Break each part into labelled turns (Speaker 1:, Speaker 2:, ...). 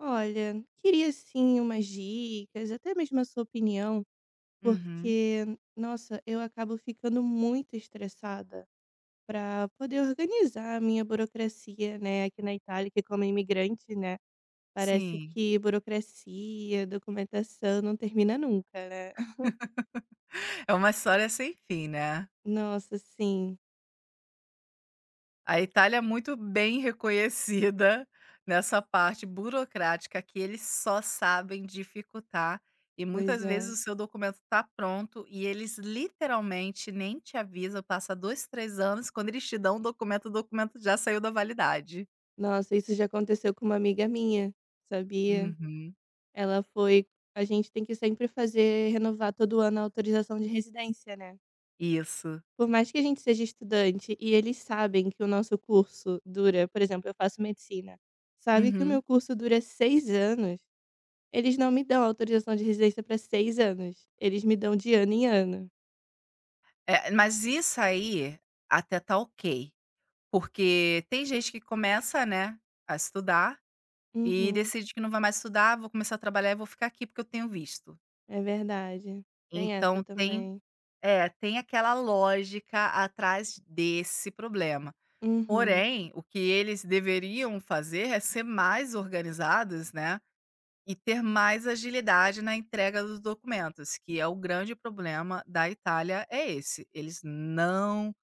Speaker 1: Olha, queria sim umas dicas, até mesmo a sua opinião,
Speaker 2: Uhum,
Speaker 1: porque, nossa, eu acabo ficando muito estressada para poder organizar a minha burocracia, né? Aqui na Itália, que como imigrante, né? Parece
Speaker 2: sim.
Speaker 1: que burocracia, documentação não termina nunca, né?
Speaker 2: É uma história sem fim, né.
Speaker 1: Nossa, sim,
Speaker 2: A Itália é muito bem reconhecida nessa parte burocrática que eles só sabem dificultar, e
Speaker 1: pois
Speaker 2: muitas vezes
Speaker 1: é.
Speaker 2: o seu documento está pronto e eles literalmente nem te avisam, passa 2 3 anos, quando eles te dão o documento já saiu da validade.
Speaker 1: Nossa, isso já aconteceu com uma amiga minha, sabia?
Speaker 2: Uhum,
Speaker 1: Ela foi. A gente tem que sempre fazer, renovar todo ano a autorização de residência, né?
Speaker 2: isso.
Speaker 1: Por mais que a gente seja estudante e eles sabem que o nosso curso dura, por exemplo, eu faço medicina, sabe que o
Speaker 2: Uhum.
Speaker 1: meu curso dura 6 anos, eles não me dão autorização de residência para 6 anos, eles me dão de ano em ano.
Speaker 2: É, mas isso aí até tá ok, porque tem gente que começa, né, a estudar e
Speaker 1: Uhum,
Speaker 2: decide que não vai mais estudar, vou começar a trabalhar e vou ficar aqui porque eu tenho visto.
Speaker 1: é verdade. Tem essa
Speaker 2: Então
Speaker 1: também.
Speaker 2: tem aquela lógica atrás desse problema.
Speaker 1: Uhum.
Speaker 2: Porém, o que eles deveriam fazer é ser mais organizados, né, e ter mais agilidade na entrega dos documentos, que é o grande problema da Itália é esse, eles não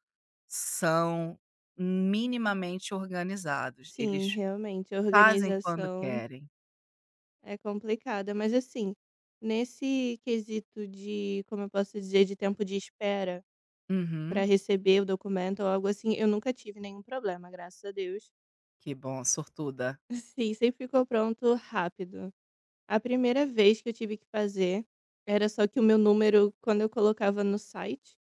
Speaker 2: são minimamente organizados,
Speaker 1: Sim,
Speaker 2: eles
Speaker 1: realmente, a
Speaker 2: fazem quando
Speaker 1: organização
Speaker 2: querem.
Speaker 1: é complicada, mas assim, nesse quesito de, como eu posso dizer, de tempo de espera para
Speaker 2: Uhum.
Speaker 1: receber o documento ou algo assim, eu nunca tive nenhum problema, graças a Deus.
Speaker 2: Que bom, sortuda.
Speaker 1: Sim, sempre ficou pronto rápido. A primeira vez que eu tive que fazer, era só que o meu número, quando eu colocava no site,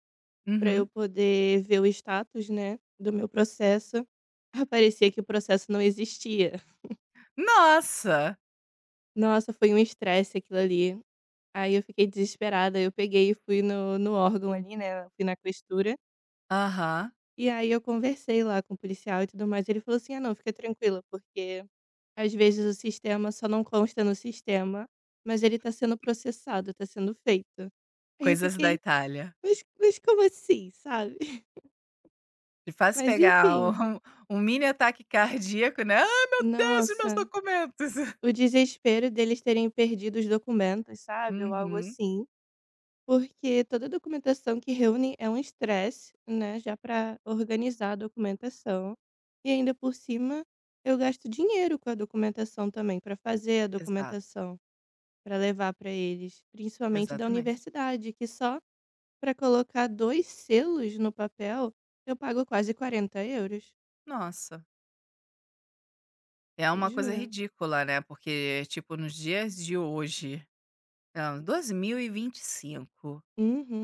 Speaker 1: para eu
Speaker 2: Uhum.
Speaker 1: poder ver o status, né, do meu processo, aparecia que o processo não existia.
Speaker 2: Nossa!
Speaker 1: Nossa, foi um estresse aquilo ali. Aí eu fiquei desesperada, eu peguei e fui no órgão ali, né, fui na costura,
Speaker 2: Aham.
Speaker 1: e aí eu conversei lá com o policial e tudo mais, ele falou assim, ah não, fica tranquila, porque às vezes o sistema só não consta no sistema, mas ele tá sendo processado, tá sendo feito. Aí eu
Speaker 2: Coisas da
Speaker 1: fiquei:
Speaker 2: Itália.
Speaker 1: "Mas como assim?", sabe.
Speaker 2: Te faz
Speaker 1: Mas
Speaker 2: pegar
Speaker 1: enfim,
Speaker 2: um um mini ataque cardíaco, né. "Ai, meu Deus, e meus
Speaker 1: nossa,
Speaker 2: documentos?"
Speaker 1: o desespero deles terem perdido os documentos, sabe, ou algo
Speaker 2: Uhum.
Speaker 1: assim, porque toda documentação que reúnem é um estresse, né, já para organizar a documentação, e ainda por cima eu gasto dinheiro com a documentação também, para fazer a
Speaker 2: Exato,
Speaker 1: documentação, para levar para eles, principalmente da
Speaker 2: exatamente.
Speaker 1: universidade, que só para colocar 2 selos no papel, eu pago quase 40€.
Speaker 2: Nossa, é uma coisa
Speaker 1: Juro.
Speaker 2: ridícula, né, porque, tipo, nos dias de hoje, 2025,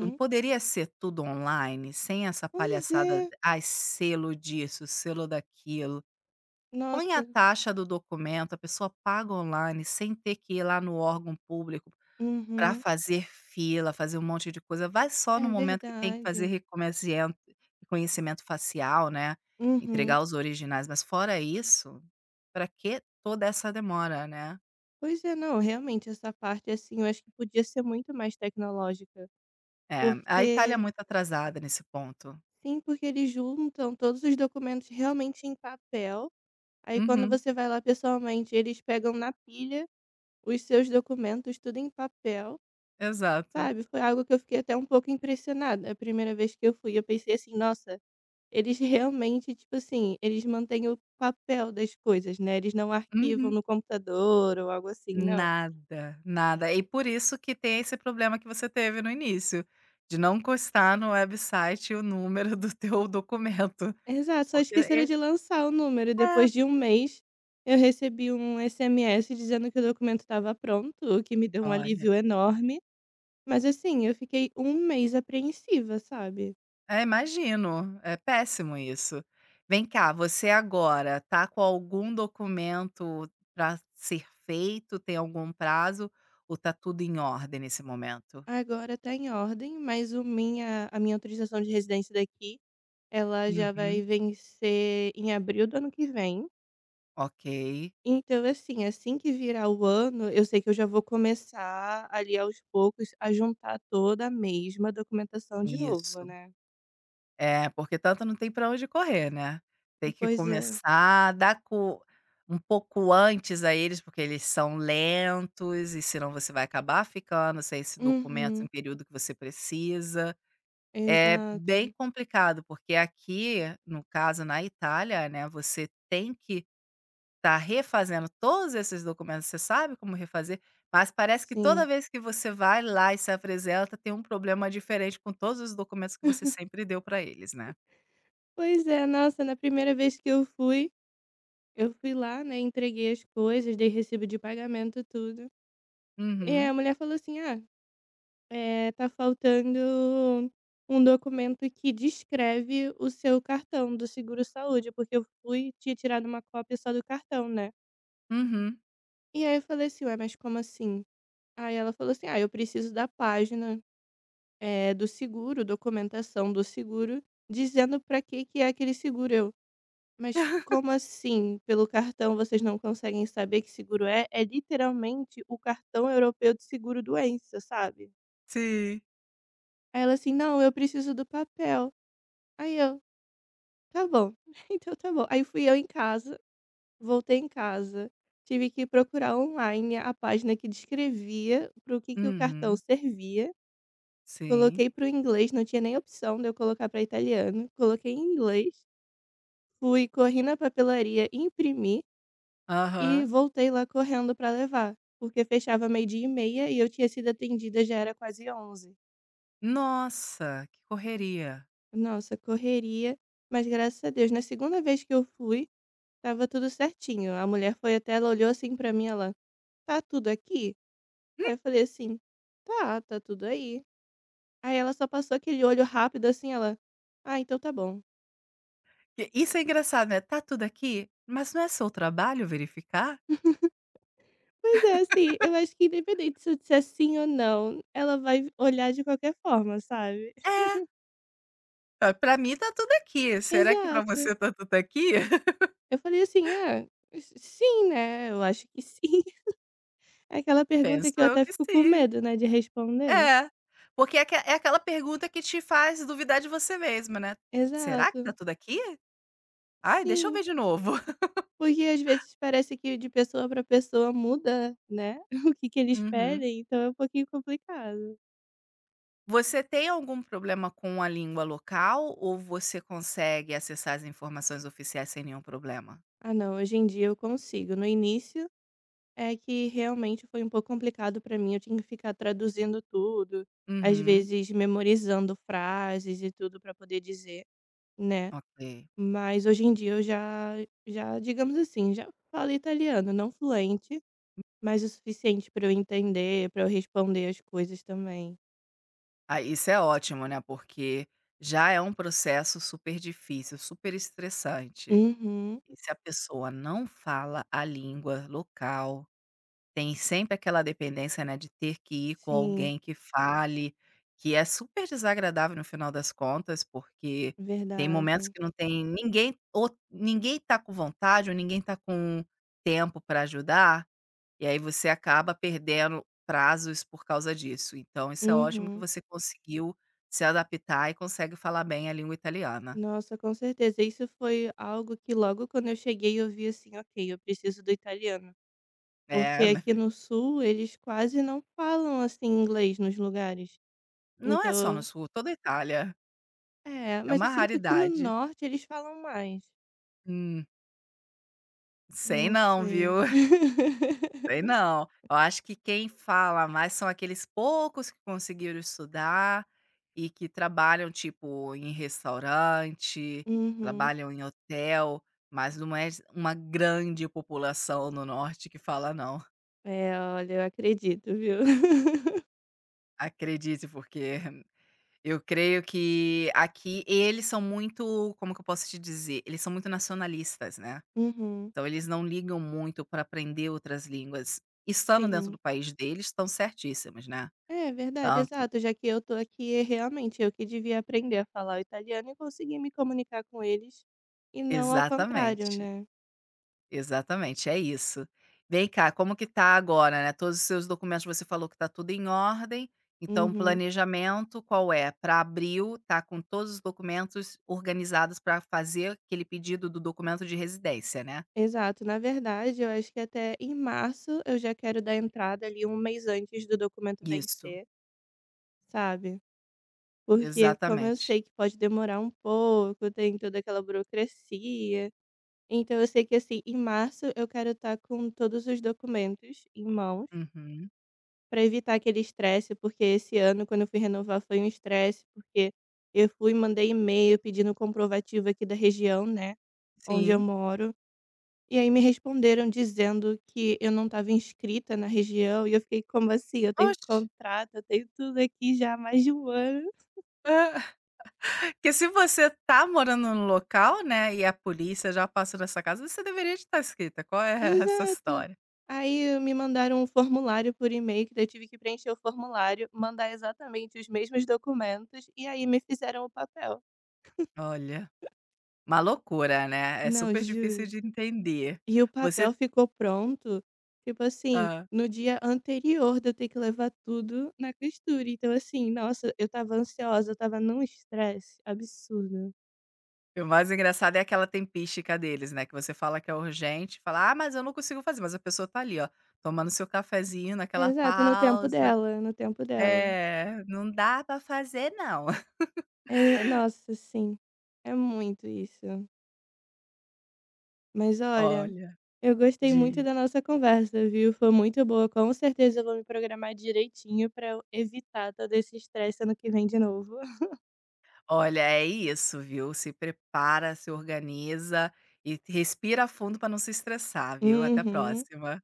Speaker 2: não poderia ser tudo online, sem essa
Speaker 1: Pois
Speaker 2: palhaçada,
Speaker 1: é.
Speaker 2: "Ai, selo disso, selo daquilo". Põe a
Speaker 1: Nossa.
Speaker 2: taxa do documento, a pessoa paga online sem ter que ir lá no órgão público para
Speaker 1: Uhum.
Speaker 2: fazer fila, fazer um monte de coisa, vai só
Speaker 1: É
Speaker 2: no momento que tem que fazer
Speaker 1: verdade.
Speaker 2: reconhecimento facial, né, entregar
Speaker 1: Uhum.
Speaker 2: os originais, mas fora isso, para que toda essa demora, né.
Speaker 1: Pois é, não, realmente essa parte, assim, eu acho que podia ser muito mais tecnológica,
Speaker 2: É, a Itália é
Speaker 1: porque
Speaker 2: muito atrasada nesse ponto.
Speaker 1: sim, porque eles juntam todos os documentos realmente em papel, aí quando
Speaker 2: Uhum,
Speaker 1: você vai lá pessoalmente, eles pegam na pilha os seus documentos tudo em papel,
Speaker 2: exato.
Speaker 1: sabe, foi algo que eu fiquei até um pouco impressionada a primeira vez que eu fui, eu pensei assim: "Nossa, eles realmente, tipo assim, eles mantêm o papel das coisas, né, eles não arquivam
Speaker 2: Uhum.
Speaker 1: no computador ou algo assim, não".
Speaker 2: Nada, nada. E por isso que tem esse problema que você teve no início, de não constar no website o número do teu documento.
Speaker 1: Exato, só
Speaker 2: Porque
Speaker 1: esqueceram
Speaker 2: e
Speaker 1: de lançar o número e
Speaker 2: É,
Speaker 1: depois de um mês, eu recebi um SMS dizendo que o documento estava pronto, o que me deu um
Speaker 2: olha,
Speaker 1: alívio enorme, mas assim, eu fiquei um mês apreensiva, sabe.
Speaker 2: imagino, é péssimo isso. Vem cá, você agora tá com algum documento para ser feito, tem algum prazo, ou tá tudo em ordem nesse momento?
Speaker 1: Agora tá em ordem, mas o minha a minha autorização de residência daqui, ela já vai
Speaker 2: Uhum,
Speaker 1: vencer em abril do ano que vem.
Speaker 2: ok,
Speaker 1: Então, assim, assim que virar o ano, eu sei que eu já vou começar ali aos poucos a juntar toda a mesma documentação de novo,
Speaker 2: isso.
Speaker 1: né.
Speaker 2: É, porque tanto não tem para onde correr, né. Tem que
Speaker 1: Pois é.
Speaker 2: começar a dar co um pouco antes a eles, porque eles são lentos e senão você vai acabar ficando sem esse documento em
Speaker 1: Uhum.
Speaker 2: período que você precisa. É bem
Speaker 1: Exato.
Speaker 2: complicado, porque aqui, no caso na Itália, né, você tem que estar refazendo todos esses documentos, você sabe como refazer, mas parece que toda
Speaker 1: Sim.
Speaker 2: vez que você vai lá e se apresenta, tem um problema diferente com todos os documentos que você sempre deu para eles, né.
Speaker 1: Pois é, nossa, na primeira vez que eu fui lá, né, entreguei as coisas, dei recibo de pagamento, tudo. E
Speaker 2: Uhum,
Speaker 1: a mulher falou assim: "Ah, tá faltando um documento que descreve o seu cartão do seguro-saúde", porque eu fui, tinha tirado uma cópia só do cartão, né.
Speaker 2: uhum.
Speaker 1: E aí eu falei assim: "Ué, mas como assim?" Aí ela falou assim: "Ah, eu preciso da página, do seguro, documentação do seguro, dizendo pra que que é aquele seguro". Eu: "Mas como assim? Pelo cartão vocês não conseguem saber que seguro é?" É literalmente o cartão europeu de seguro-doença, sabe.
Speaker 2: Sim.
Speaker 1: Aí ela assim: "Não, eu preciso do papel". Aí eu: tá bom, então tá bom. Aí fui eu em casa, voltei em casa, tive que procurar online a página que descrevia para o que que o cartão
Speaker 2: Uhum,
Speaker 1: servia,
Speaker 2: sim.
Speaker 1: coloquei para o inglês, não tinha nem opção de eu colocar para italiano, coloquei em inglês, fui, corri na papelaria, imprimi e
Speaker 2: Aham.
Speaker 1: voltei lá correndo para levar, porque fechava meio-dia e meia e eu tinha sido atendida já era quase onze.
Speaker 2: Nossa, que correria.
Speaker 1: Nossa, correria, mas graças a Deus, na segunda vez que eu fui, tava tudo certinho. A mulher foi, até ela olhou assim pra mim, ela: "Tá tudo aqui?"
Speaker 2: Hum.
Speaker 1: Aí eu falei assim: "Tá, tá tudo aí". Aí ela só passou aquele olho rápido assim, ela: "Ah, então tá bom".
Speaker 2: E isso é engraçado, né, tá tudo aqui, mas não é seu trabalho verificar?
Speaker 1: Mas é assim, eu acho que independente se eu disser sim ou não, ela vai olhar de qualquer forma, sabe.
Speaker 2: É. "Ah, pra mim tá tudo aqui, será que pra
Speaker 1: Exato.
Speaker 2: você tá tudo aqui?"
Speaker 1: Eu falei assim: "Ah, s sim, né, eu acho que sim". Aquela pergunta
Speaker 2: Penso
Speaker 1: que eu
Speaker 2: eu
Speaker 1: até
Speaker 2: que
Speaker 1: fico com
Speaker 2: sim.
Speaker 1: medo, né, de responder.
Speaker 2: É, porque é aquela pergunta que te faz duvidar de você mesma, né, "Será que tá
Speaker 1: Exato.
Speaker 2: tudo aqui? Ai, deixa eu
Speaker 1: Sim.
Speaker 2: ver de novo".
Speaker 1: Porque às vezes parece que de pessoa para pessoa muda, né, o que que eles
Speaker 2: Uhum.
Speaker 1: pedem, então é um pouquinho complicado.
Speaker 2: Você tem algum problema com a língua local ou você consegue acessar as informações oficiais sem nenhum problema?
Speaker 1: Ah não, hoje em dia eu consigo, no início é que realmente foi um pouco complicado para mim, eu tinha que ficar traduzindo tudo, às
Speaker 2: Uhum,
Speaker 1: vezes memorizando frases e tudo para poder dizer, né.
Speaker 2: ok.
Speaker 1: Mas hoje em dia eu já digamos assim, já falo italiano, não fluente, mas o suficiente para eu entender, para eu responder as coisas também.
Speaker 2: Ah, isso é ótimo, né, porque já é um processo super difícil, super estressante.
Speaker 1: Uhum,
Speaker 2: E se a pessoa não fala a língua local, tem sempre aquela dependência, né, de ter que ir com
Speaker 1: sim.
Speaker 2: alguém que fale, que é super desagradável no final das contas, porque tem momentos
Speaker 1: Verdade.
Speaker 2: que não tem ninguém ou ninguém tá com vontade ou ninguém tá com tempo para ajudar, e aí você acaba perdendo prazos por causa disso. Então isso é ótimo que
Speaker 1: Uhum.
Speaker 2: você conseguiu se adaptar e consegue falar bem a língua italiana.
Speaker 1: Nossa, com certeza. Isso foi algo que logo quando eu cheguei eu vi assim, ok, eu preciso do italiano. Porque
Speaker 2: É, minha
Speaker 1: aqui
Speaker 2: filha,
Speaker 1: no sul eles quase não falam assim inglês nos lugares.
Speaker 2: não é só no
Speaker 1: Então,
Speaker 2: sul, toda a Itália,
Speaker 1: é,
Speaker 2: é
Speaker 1: mas eu
Speaker 2: uma
Speaker 1: sinto que no
Speaker 2: raridade.
Speaker 1: norte eles falam mais.
Speaker 2: Hum, sei
Speaker 1: Não
Speaker 2: não, viu?
Speaker 1: sei.
Speaker 2: Sei não. Eu acho que quem fala mais são aqueles poucos que conseguiram estudar e que trabalham, tipo, em restaurante,
Speaker 1: Uhum.
Speaker 2: trabalham em hotel, mas não é uma grande população no norte que fala não.
Speaker 1: É, olha, eu acredito, viu?
Speaker 2: Acredite, porque eu creio que aqui eles são muito, como que eu posso te dizer? Eles são muito nacionalistas, né.
Speaker 1: Uhum.
Speaker 2: Então eles não ligam muito para aprender outras línguas. Estando dentro do
Speaker 1: Sim.
Speaker 2: país deles, estão certíssimos, né.
Speaker 1: É verdade,
Speaker 2: Tanto
Speaker 1: exato, já que eu tô aqui, é realmente eu que devia aprender a falar o italiano e conseguir me comunicar com eles, e não ao contrário,
Speaker 2: Exatamente,
Speaker 1: né.
Speaker 2: exatamente, é isso. Vem cá, como que tá agora, né, todos os seus documentos você falou que tá tudo em ordem, então o
Speaker 1: Uhum,
Speaker 2: planejamento qual é? Para abril tá com todos os documentos organizados para fazer aquele pedido do documento de residência, né?
Speaker 1: exato. Na verdade, eu acho que até em março eu já quero dar entrada ali um mês antes do documento
Speaker 2: Isso,
Speaker 1: vencer, sabe. Porque como eu
Speaker 2: exatamente.
Speaker 1: sei que pode demorar um pouco, tem toda aquela burocracia, então eu sei que, assim, em março eu quero estar com todos os documentos em mãos
Speaker 2: Uhum,
Speaker 1: para evitar aquele estresse, porque esse ano quando eu fui renovar foi um estresse, porque eu fui, mandei e-mail pedindo comprovativo aqui da região, né, onde eu
Speaker 2: sim.
Speaker 1: moro, e aí me responderam dizendo que eu não estava inscrita na região e eu fiquei: "Como assim? Eu tenho
Speaker 2: Oxe.
Speaker 1: contrato, eu tenho tudo aqui já há mais de um ano".
Speaker 2: Que se você tá morando no local, né, e a polícia já passou nessa casa, você deveria estar escrita, qual é essa
Speaker 1: Exato.
Speaker 2: história?
Speaker 1: Aí me mandaram um formulário por e-mail que daí eu tive que preencher o formulário, mandar exatamente os mesmos documentos, e aí me fizeram o papel.
Speaker 2: Olha. Uma loucura, né, é
Speaker 1: Não,
Speaker 2: super difícil
Speaker 1: juro.
Speaker 2: de entender.
Speaker 1: E o
Speaker 2: Você
Speaker 1: papel ficou pronto, tipo assim,
Speaker 2: hã.
Speaker 1: no dia anterior de eu ter que levar tudo na costura. Então, assim, nossa, eu tava ansiosa, eu tava num estresse absurdo.
Speaker 2: O mais engraçado é aquela tempística deles, né, que você fala que é urgente, fala: "Ah, mas eu não consigo fazer", mas a pessoa tá ali, ó, tomando seu cafezinho naquela
Speaker 1: Exato, no tempo
Speaker 2: pausa.
Speaker 1: dela, no tempo dela.
Speaker 2: É, "Não dá pra fazer não".
Speaker 1: É, nossa, sim, é muito isso. Mas olha,
Speaker 2: Olha,
Speaker 1: eu gostei muito
Speaker 2: diz.
Speaker 1: da nossa conversa, viu? Foi muito boa. Com certeza eu vou me programar direitinho pra eu evitar todo esse estresse ano que vem de novo.
Speaker 2: Olha, é isso, viu, se prepara, se organiza e respira fundo pra não se estressar, viu. Até a
Speaker 1: Uhum.
Speaker 2: próxima.